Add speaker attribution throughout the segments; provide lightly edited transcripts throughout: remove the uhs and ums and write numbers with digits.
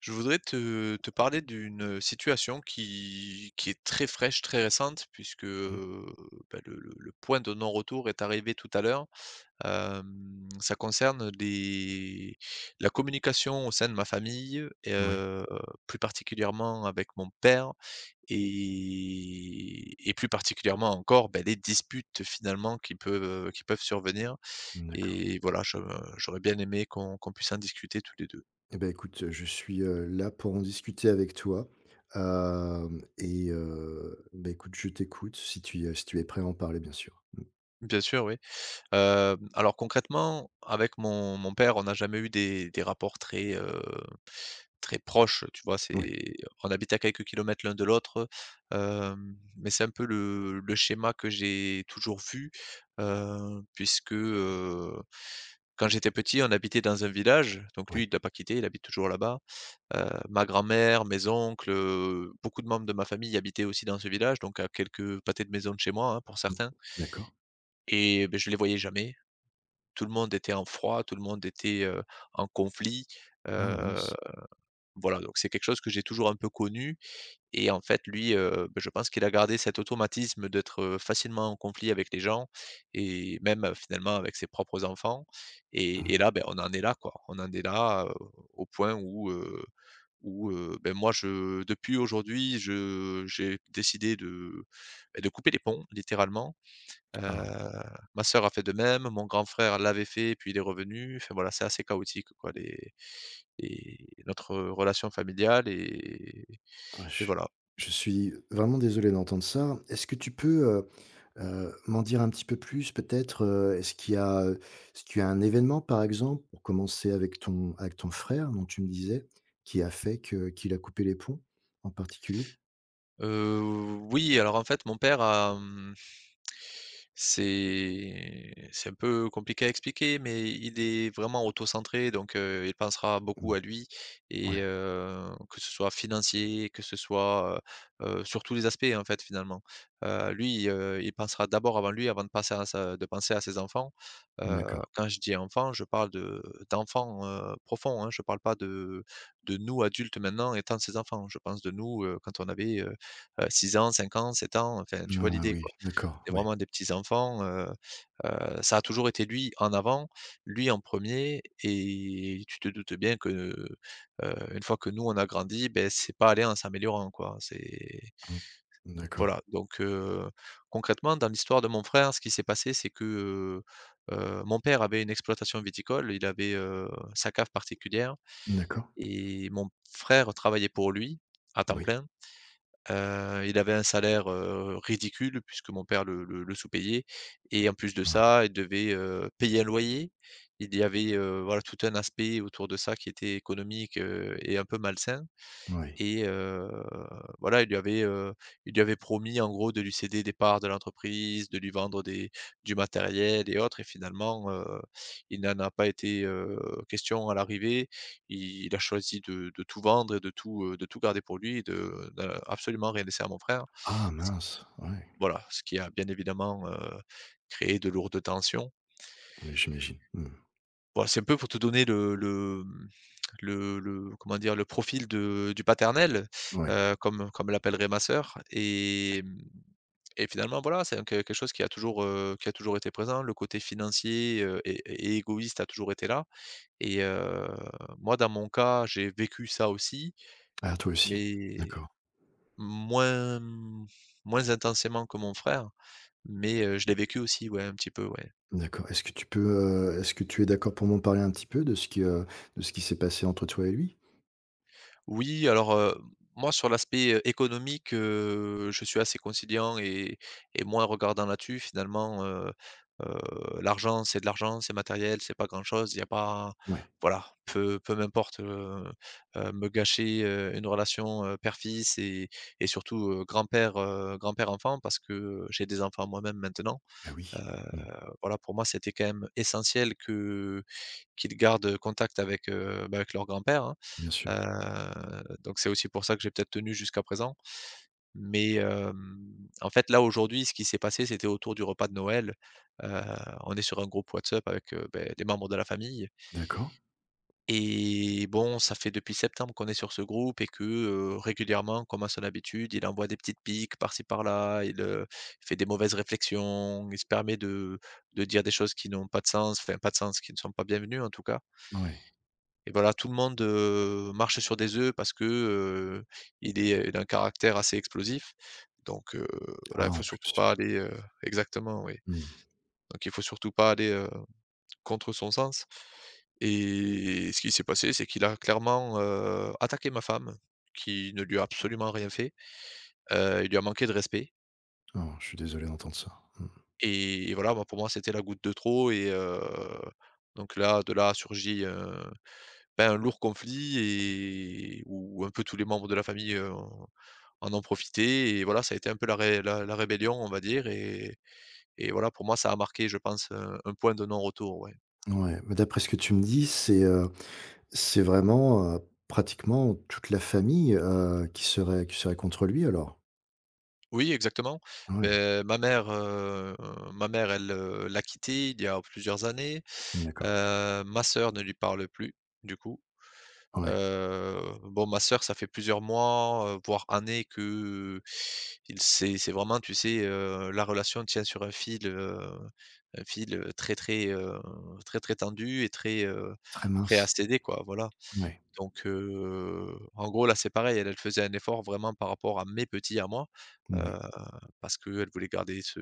Speaker 1: Je voudrais te parler d'une situation qui est très fraîche, très récente, puisque
Speaker 2: Mmh.
Speaker 1: bah, le point de non-retour est arrivé tout à l'heure. Euh, Ça concerne la communication au sein de ma famille,
Speaker 2: Ouais,
Speaker 1: plus particulièrement avec mon père, et plus particulièrement encore ben, les disputes finalement qui peuvent survenir.
Speaker 2: mmh, d'accord.
Speaker 1: Et voilà, j'aurais bien aimé qu'on puisse en discuter tous les deux.
Speaker 2: Eh ben écoute, je suis, là pour en discuter avec toi, écoute, je t'écoute si tu es prêt à en parler, bien sûr. Mmh.
Speaker 1: Bien sûr, oui. Alors concrètement, avec mon père, on n'a jamais eu des rapports très, très proches, tu vois?
Speaker 2: Oui,
Speaker 1: C'est On habite à quelques kilomètres l'un de l'autre, mais c'est un peu le schéma que j'ai toujours vu, puisque, quand j'étais petit, on habitait dans un village, donc lui,
Speaker 2: oui.
Speaker 1: il l'a pas quitté, il habite toujours là-bas. Ma grand-mère, mes oncles, beaucoup de membres de ma famille habitaient aussi dans ce village, donc à quelques pâtés de maison de chez moi, hein, pour
Speaker 2: Mmh.
Speaker 1: certains.
Speaker 2: D'accord.
Speaker 1: Et beh, je les voyais jamais. Tout le monde était en froid, tout le monde était, en conflit,
Speaker 2: Ah
Speaker 1: heu,
Speaker 2: mince.
Speaker 1: voilà, donc c'est quelque chose que j'ai toujours un peu connu et en fait lui, beh, je pense qu'il a gardé cet automatisme d'être, facilement en conflit avec les gens et même, finalement avec ses propres enfants. et
Speaker 2: Mmh.
Speaker 1: et là, ben, on en est là, quoi. On en est là, au point où, beh, moi je depuis aujourd'hui, je j'ai décidé beh, de couper les ponts littéralement. Heu,
Speaker 2: Ah,
Speaker 1: Ma sœur a fait de même, mon grand frère l'avait fait, puis il est revenu. Enfin voilà, c'est assez chaotique quoi les notre relation familiale et
Speaker 2: ah
Speaker 1: et
Speaker 2: je
Speaker 1: voilà.
Speaker 2: je suis vraiment désolé d'entendre ça. Est-ce que tu peux, m'en dire un petit peu plus peut-être, heu? Est-ce qu'il y a, est-ce qu'il y a un événement, par exemple, pour commencer avec ton frère dont tu me disais, qui a fait que qu'il a coupé les ponts en particulier?
Speaker 1: Heu, oui, alors en fait, mon père a. C'est un peu compliqué à expliquer, mais il est vraiment autocentré, donc il pensera beaucoup
Speaker 2: Mmh.
Speaker 1: à lui et
Speaker 2: Ouais,
Speaker 1: que ce soit financier, que ce soit, sur tous les aspects, en fait, finalement. Lui, il pensera d'abord avant lui, avant de passer à sa de penser à ses enfants. Heu,
Speaker 2: d'accord.
Speaker 1: Quand je dis enfants, je parle de d'enfants, profonds, hein, je parle pas de nous, adultes, maintenant, étant ses enfants. Je pense de nous, quand on avait, 6 ans, 5 ans, 7 ans, enfin, tu vois
Speaker 2: Ah
Speaker 1: l'idée,
Speaker 2: oui,
Speaker 1: quoi.
Speaker 2: d'accord,
Speaker 1: C'était
Speaker 2: oui.
Speaker 1: vraiment des petits enfants, ça a toujours été lui en avant, lui en premier, et tu te doutes bien que, une fois que nous on a grandi, ben c'est pas allé en s'améliorant quoi. C'est
Speaker 2: Mmh. D'accord,
Speaker 1: Voilà, donc concrètement dans l'histoire de mon frère, ce qui s'est passé, c'est que, mon père avait une exploitation viticole, il avait, sa cave particulière
Speaker 2: d'accord.
Speaker 1: et mon frère travaillait pour lui à temps
Speaker 2: Oui.
Speaker 1: plein. Il avait un salaire, ridicule puisque mon père le sous-payait et en plus de
Speaker 2: Ah,
Speaker 1: ça, il devait, payer un loyer. Il y avait, voilà, tout un aspect autour de ça qui était économique, et un peu malsain.
Speaker 2: oui.
Speaker 1: Et voilà, il lui avait promis en gros de lui céder des parts de l'entreprise, de lui vendre des du matériel et autres et finalement, il n'en a pas été, question à l'arrivée. I il a choisi de tout vendre et de tout garder pour lui et de d'a absolument rien laisser à mon frère.
Speaker 2: Ah
Speaker 1: Ce
Speaker 2: mince, ouais.
Speaker 1: Voilà, ce qui a bien évidemment, créé de lourdes tensions.
Speaker 2: Oui, j'imagine. Mmh.
Speaker 1: Voilà, c'est un peu pour te donner le comment dire? Le profil de du paternel,
Speaker 2: Ouais.
Speaker 1: comme l'appellerait ma sœur et et finalement voilà, c'est un que quelque chose qui a toujours été présent. Le côté financier, et égoïste a toujours été là et moi dans mon cas, j'ai vécu ça aussi,
Speaker 2: Ah toi aussi?
Speaker 1: mais
Speaker 2: D'accord,
Speaker 1: moins, mmh, moins intensément que mon frère, mais je l'ai vécu aussi, ouais, un petit peu, ouais.
Speaker 2: d'accord. Est-ce que tu peux, est-ce que tu es d'accord pour m'en parler un petit peu de ce qui s'est passé entre toi et lui?
Speaker 1: Oui, alors, moi sur l'aspect, économique, je suis assez conciliant et moins regardant là-dessus finalement, heu, l'argent, c'est de l'argent, c'est matériel, c'est pas grand-chose, il n'y a pas
Speaker 2: Ouais.
Speaker 1: voilà, peu m'importe, me gâcher, une relation, père-fils et surtout, grand-père, grand-père-enfant parce que, j'ai des enfants moi-même maintenant.
Speaker 2: Ah
Speaker 1: Heu,
Speaker 2: oui. Mmh.
Speaker 1: voilà, pour moi, c'était quand même essentiel que qu'ils gardent, contact avec, bah, avec leur grand-père, hein.
Speaker 2: Bien sûr.
Speaker 1: Donc c'est aussi pour ça que j'ai peut-être tenu jusqu'à présent. Mais, en fait, là, aujourd'hui, ce qui s'est passé, c'était autour du repas de Noël. Heu, on est sur un groupe WhatsApp avec, beh, des membres de la famille
Speaker 2: D'accord.
Speaker 1: et bon, ça fait depuis septembre qu'on est sur ce groupe et que, régulièrement, comme à son habitude, il envoie des petites piques par-ci par-là, il fait des mauvaises réflexions, il se permet de dire des choses qui n'ont pas de sens, enfin pas de sens, qui ne sont pas bienvenues en tout cas.
Speaker 2: Ouais.
Speaker 1: Et voilà, tout le monde, marche sur des œufs parce que, il est, d'un caractère assez explosif. Donc, voilà,
Speaker 2: Ah
Speaker 1: il
Speaker 2: en
Speaker 1: faut surtout
Speaker 2: plus.
Speaker 1: pas aller, exactement, oui.
Speaker 2: Mmh.
Speaker 1: Donc il faut surtout pas aller, contre son sens. Et ce qui s'est passé, c'est qu'il a clairement, attaqué ma femme, qui ne lui a absolument rien fait. Il lui a manqué de respect
Speaker 2: Oh, je suis désolé d'entendre ça. Mmh.
Speaker 1: et voilà, moi, pour moi, c'était la goutte de trop et donc là, de là a surgi un Ben, un lourd conflit et où un peu tous les membres de la famille, en ont profité et voilà, ça a été un peu la ré la la rébellion, on va dire et voilà, pour moi, ça a marqué, je pense, un point de non-retour, ouais.
Speaker 2: Ouais, bah, d'après ce que tu me dis, c'est, c'est vraiment, pratiquement toute la famille, qui serait contre lui alors?
Speaker 1: Oui, exactement.
Speaker 2: Ouais,
Speaker 1: Beh, ma mère, elle, l'a quitté il y a plusieurs années,
Speaker 2: d'accord.
Speaker 1: ma sœur ne lui parle plus, du coup.
Speaker 2: Ouais,
Speaker 1: Bon, ma sœur, ça fait plusieurs mois, voire années que, il c'est vraiment, tu sais, la relation tient sur un fil, très, très, très, très tendu et très,
Speaker 2: très
Speaker 1: prêt à
Speaker 2: mince.
Speaker 1: céder, quoi, voilà.
Speaker 2: Ouais,
Speaker 1: Donc en gros, là, c'est pareil, elle, elle faisait un effort vraiment par rapport à mes petits à moi, heu,
Speaker 2: oui,
Speaker 1: parce qu'elle voulait garder ce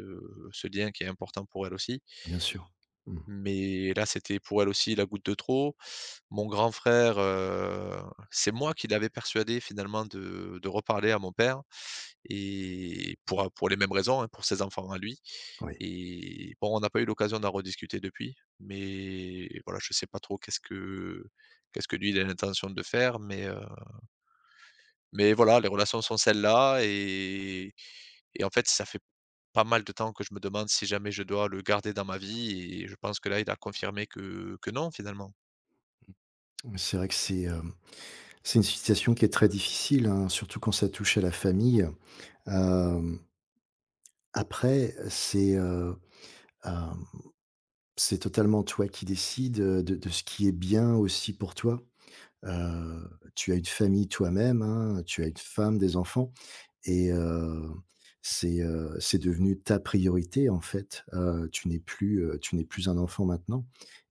Speaker 1: ce lien qui est important pour elle aussi.
Speaker 2: bien sûr. Mmh,
Speaker 1: Mais là, c'était pour elle aussi la goutte de trop. Mon grand frère, c'est moi qui l'avais persuadé finalement de reparler à mon père et pour les mêmes raisons, hein, pour ses enfants à lui
Speaker 2: oui.
Speaker 1: et bon, on n'a pas eu l'occasion d'en rediscuter depuis, mais voilà, je sais pas trop qu'est-ce que lui, il a l'intention de faire, mais mais voilà, les relations sont celles-là et en fait, ça fait pas mal de temps que je me demande si jamais je dois le garder dans ma vie et je pense que là, il a confirmé que non, finalement.
Speaker 2: C'est vrai que c'est, hem, c'est une situation qui est très difficile, hein, surtout quand ça touche à la famille. Hem, après, c'est, hem, c'est totalement toi qui décides, de ce qui est bien aussi pour toi. Heu, tu as une famille toi-même, hein, tu as une femme, des enfants. Et c'est devenu ta priorité en fait, tu n'es plus un enfant maintenant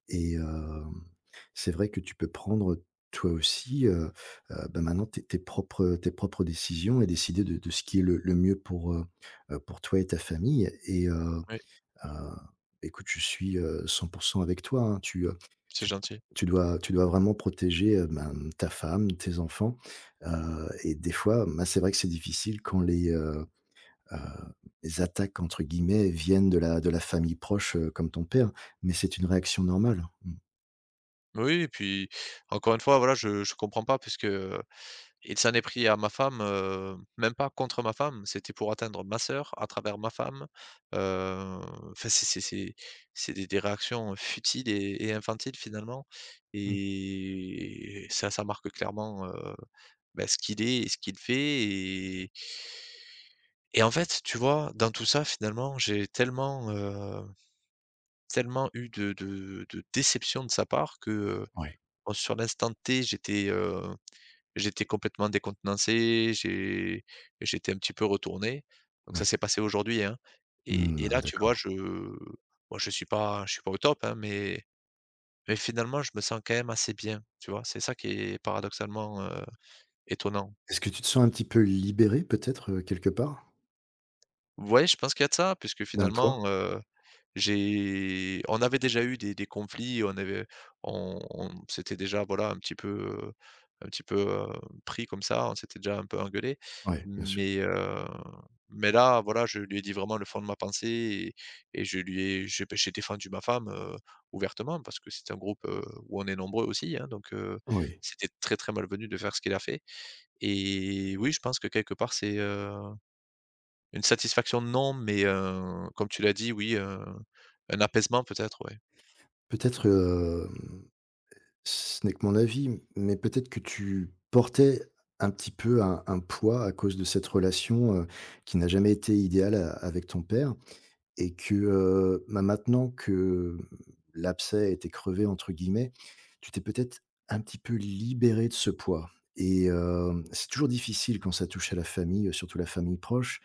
Speaker 2: et hem, c'est vrai que tu peux prendre toi aussi, bah, maintenant tes propres décisions et décider de ce qui est le mieux pour toi et ta famille
Speaker 1: Oui,
Speaker 2: Heu, écoute, je suis, 100 avec toi, hein.
Speaker 1: c'est
Speaker 2: Tu
Speaker 1: gentil.
Speaker 2: tu dois vraiment protéger, ben, ta femme, tes enfants, et des fois, bah, c'est vrai que c'est difficile quand heu, «les attaques» entre guillemets viennent de la famille proche, comme ton père, mais c'est une réaction normale. Mmh.
Speaker 1: Oui et puis, encore une fois, voilà, je comprends pas puisque, il s'en est pris à ma femme, même pas contre ma femme, c'était pour atteindre ma sœur à travers ma femme, heu, enfin c'est des réactions futiles et infantiles finalement
Speaker 2: Mmh.
Speaker 1: et ça marque clairement, bah, ce qu'il est et ce qu'il fait et en fait, tu vois, dans tout ça, finalement, j'ai tellement eu de déception de sa part que,
Speaker 2: Ouais,
Speaker 1: bon, sur l'instant T, j'étais complètement décontenancé, j'étais un petit peu retourné. Donc ça
Speaker 2: oui.
Speaker 1: s'est passé aujourd'hui, hein et
Speaker 2: Mmh,
Speaker 1: et
Speaker 2: ah
Speaker 1: là, tu vois,
Speaker 2: d'accord.
Speaker 1: je moi, je suis pas au top, hein, mais finalement, je me sens quand même assez bien, tu vois? C'est ça qui est paradoxalement, étonnant.
Speaker 2: Est-ce que tu te sens un petit peu libéré peut-être, quelque part?
Speaker 1: Ouais, je pense qu'il y a de ça puisque
Speaker 2: D'un poids?
Speaker 1: finalement, J'ai on avait déjà eu des conflits, on avait on s'était déjà, voilà, un petit peu, pris comme ça, on s'était déjà un peu engueulé,
Speaker 2: Oui, bien sûr.
Speaker 1: mais heu, mais là, voilà, je lui ai dit vraiment le fond de ma pensée et je lui ai j'ai ben, j'ai défendu ma femme, ouvertement parce que c'est un groupe, où on est nombreux aussi, hein, donc
Speaker 2: Oui.
Speaker 1: c'était très, très malvenu de faire ce qu'il a fait et oui, je pense que quelque part c'est, une satisfaction non, mais comme tu l'as dit, oui, un apaisement peut-être, ouais.
Speaker 2: Peut-être, hem, ce n'est que mon avis, mais peut-être que tu portais un petit peu un poids à cause de cette relation, qui n'a jamais été idéale a avec ton père et que, bah, maintenant que, hem, «l'abcès a été crevé» entre guillemets, tu t'es peut-être un petit peu libéré de ce poids et hem, c'est toujours difficile quand ça touche à la famille, surtout la famille proche,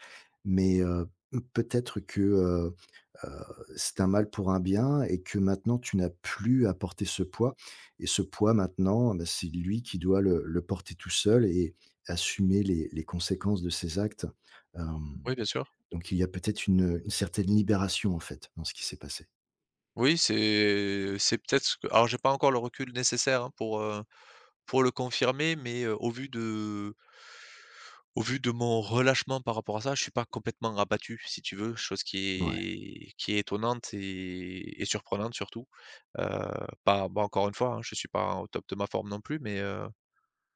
Speaker 2: mais peut-être que, heu, c'est un mal pour un bien et que maintenant tu n'as plus à porter ce poids et ce poids maintenant, bah, c'est lui qui doit le porter tout seul et assumer les conséquences de ses actes. Hem,
Speaker 1: Oui, bien sûr.
Speaker 2: donc il y a peut-être une certaine libération en fait, dans ce qui s'est passé.
Speaker 1: Oui, c'est peut-être ce que alors j'ai pas encore le recul nécessaire, hein, pour le confirmer, mais au vu de mon relâchement par rapport à ça, je suis pas complètement abattu, si tu veux, chose
Speaker 2: Ouais.
Speaker 1: qui est étonnante et surprenante surtout. Heu, Pas bah, encore une fois, hein, je suis pas au top de ma forme non plus, mais heu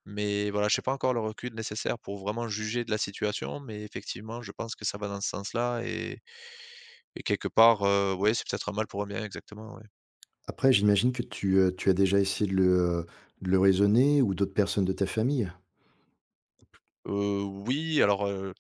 Speaker 1: Mais voilà, je j'ai pas encore le recul nécessaire pour vraiment juger de la situation, mais effectivement, je pense que ça va dans ce sens-là et quelque part, ouais, c'est peut-être un mal pour un bien, exactement, ouais.
Speaker 2: Après j'imagine que tu, tu as déjà essayé de le raisonner ou d'autres personnes de ta famille?
Speaker 1: Oui, alors,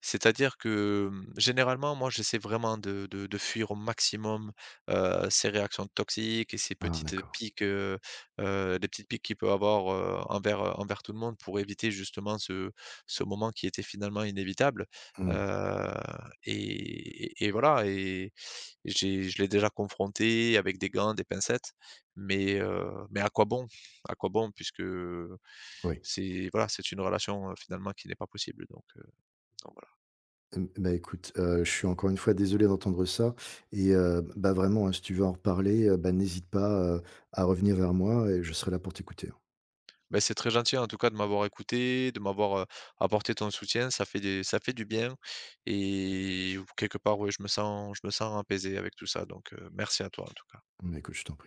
Speaker 1: c'est-à-dire que, généralement, moi, j'essaie vraiment de fuir au maximum, ces réactions toxiques et ces
Speaker 2: Ah
Speaker 1: petites
Speaker 2: d'accord.
Speaker 1: piques, les petites piques qu'il peut avoir, envers tout le monde pour éviter justement ce moment qui était finalement inévitable,
Speaker 2: Mmh,
Speaker 1: heu et voilà et J'ai je l'ai déjà confronté avec des gants, des pincettes, mais heu, mais à quoi bon? À quoi bon? Puisque,
Speaker 2: oui.
Speaker 1: c'est voilà, c'est une relation, finalement qui n'est pas possible donc voilà.
Speaker 2: Hem, bah, écoute, je suis encore une fois désolé d'entendre ça et bah, vraiment, hein, si tu veux en reparler, bah, n'hésite pas, à revenir vers moi et je serai là pour t'écouter, hein.
Speaker 1: Beh, c'est très gentil en tout cas de m'avoir écouté, de m'avoir, apporté ton soutien, ça fait du bien et quelque part, ouais, je me sens apaisé avec tout ça donc merci à toi en tout cas.
Speaker 2: Bah, écoute, je t'en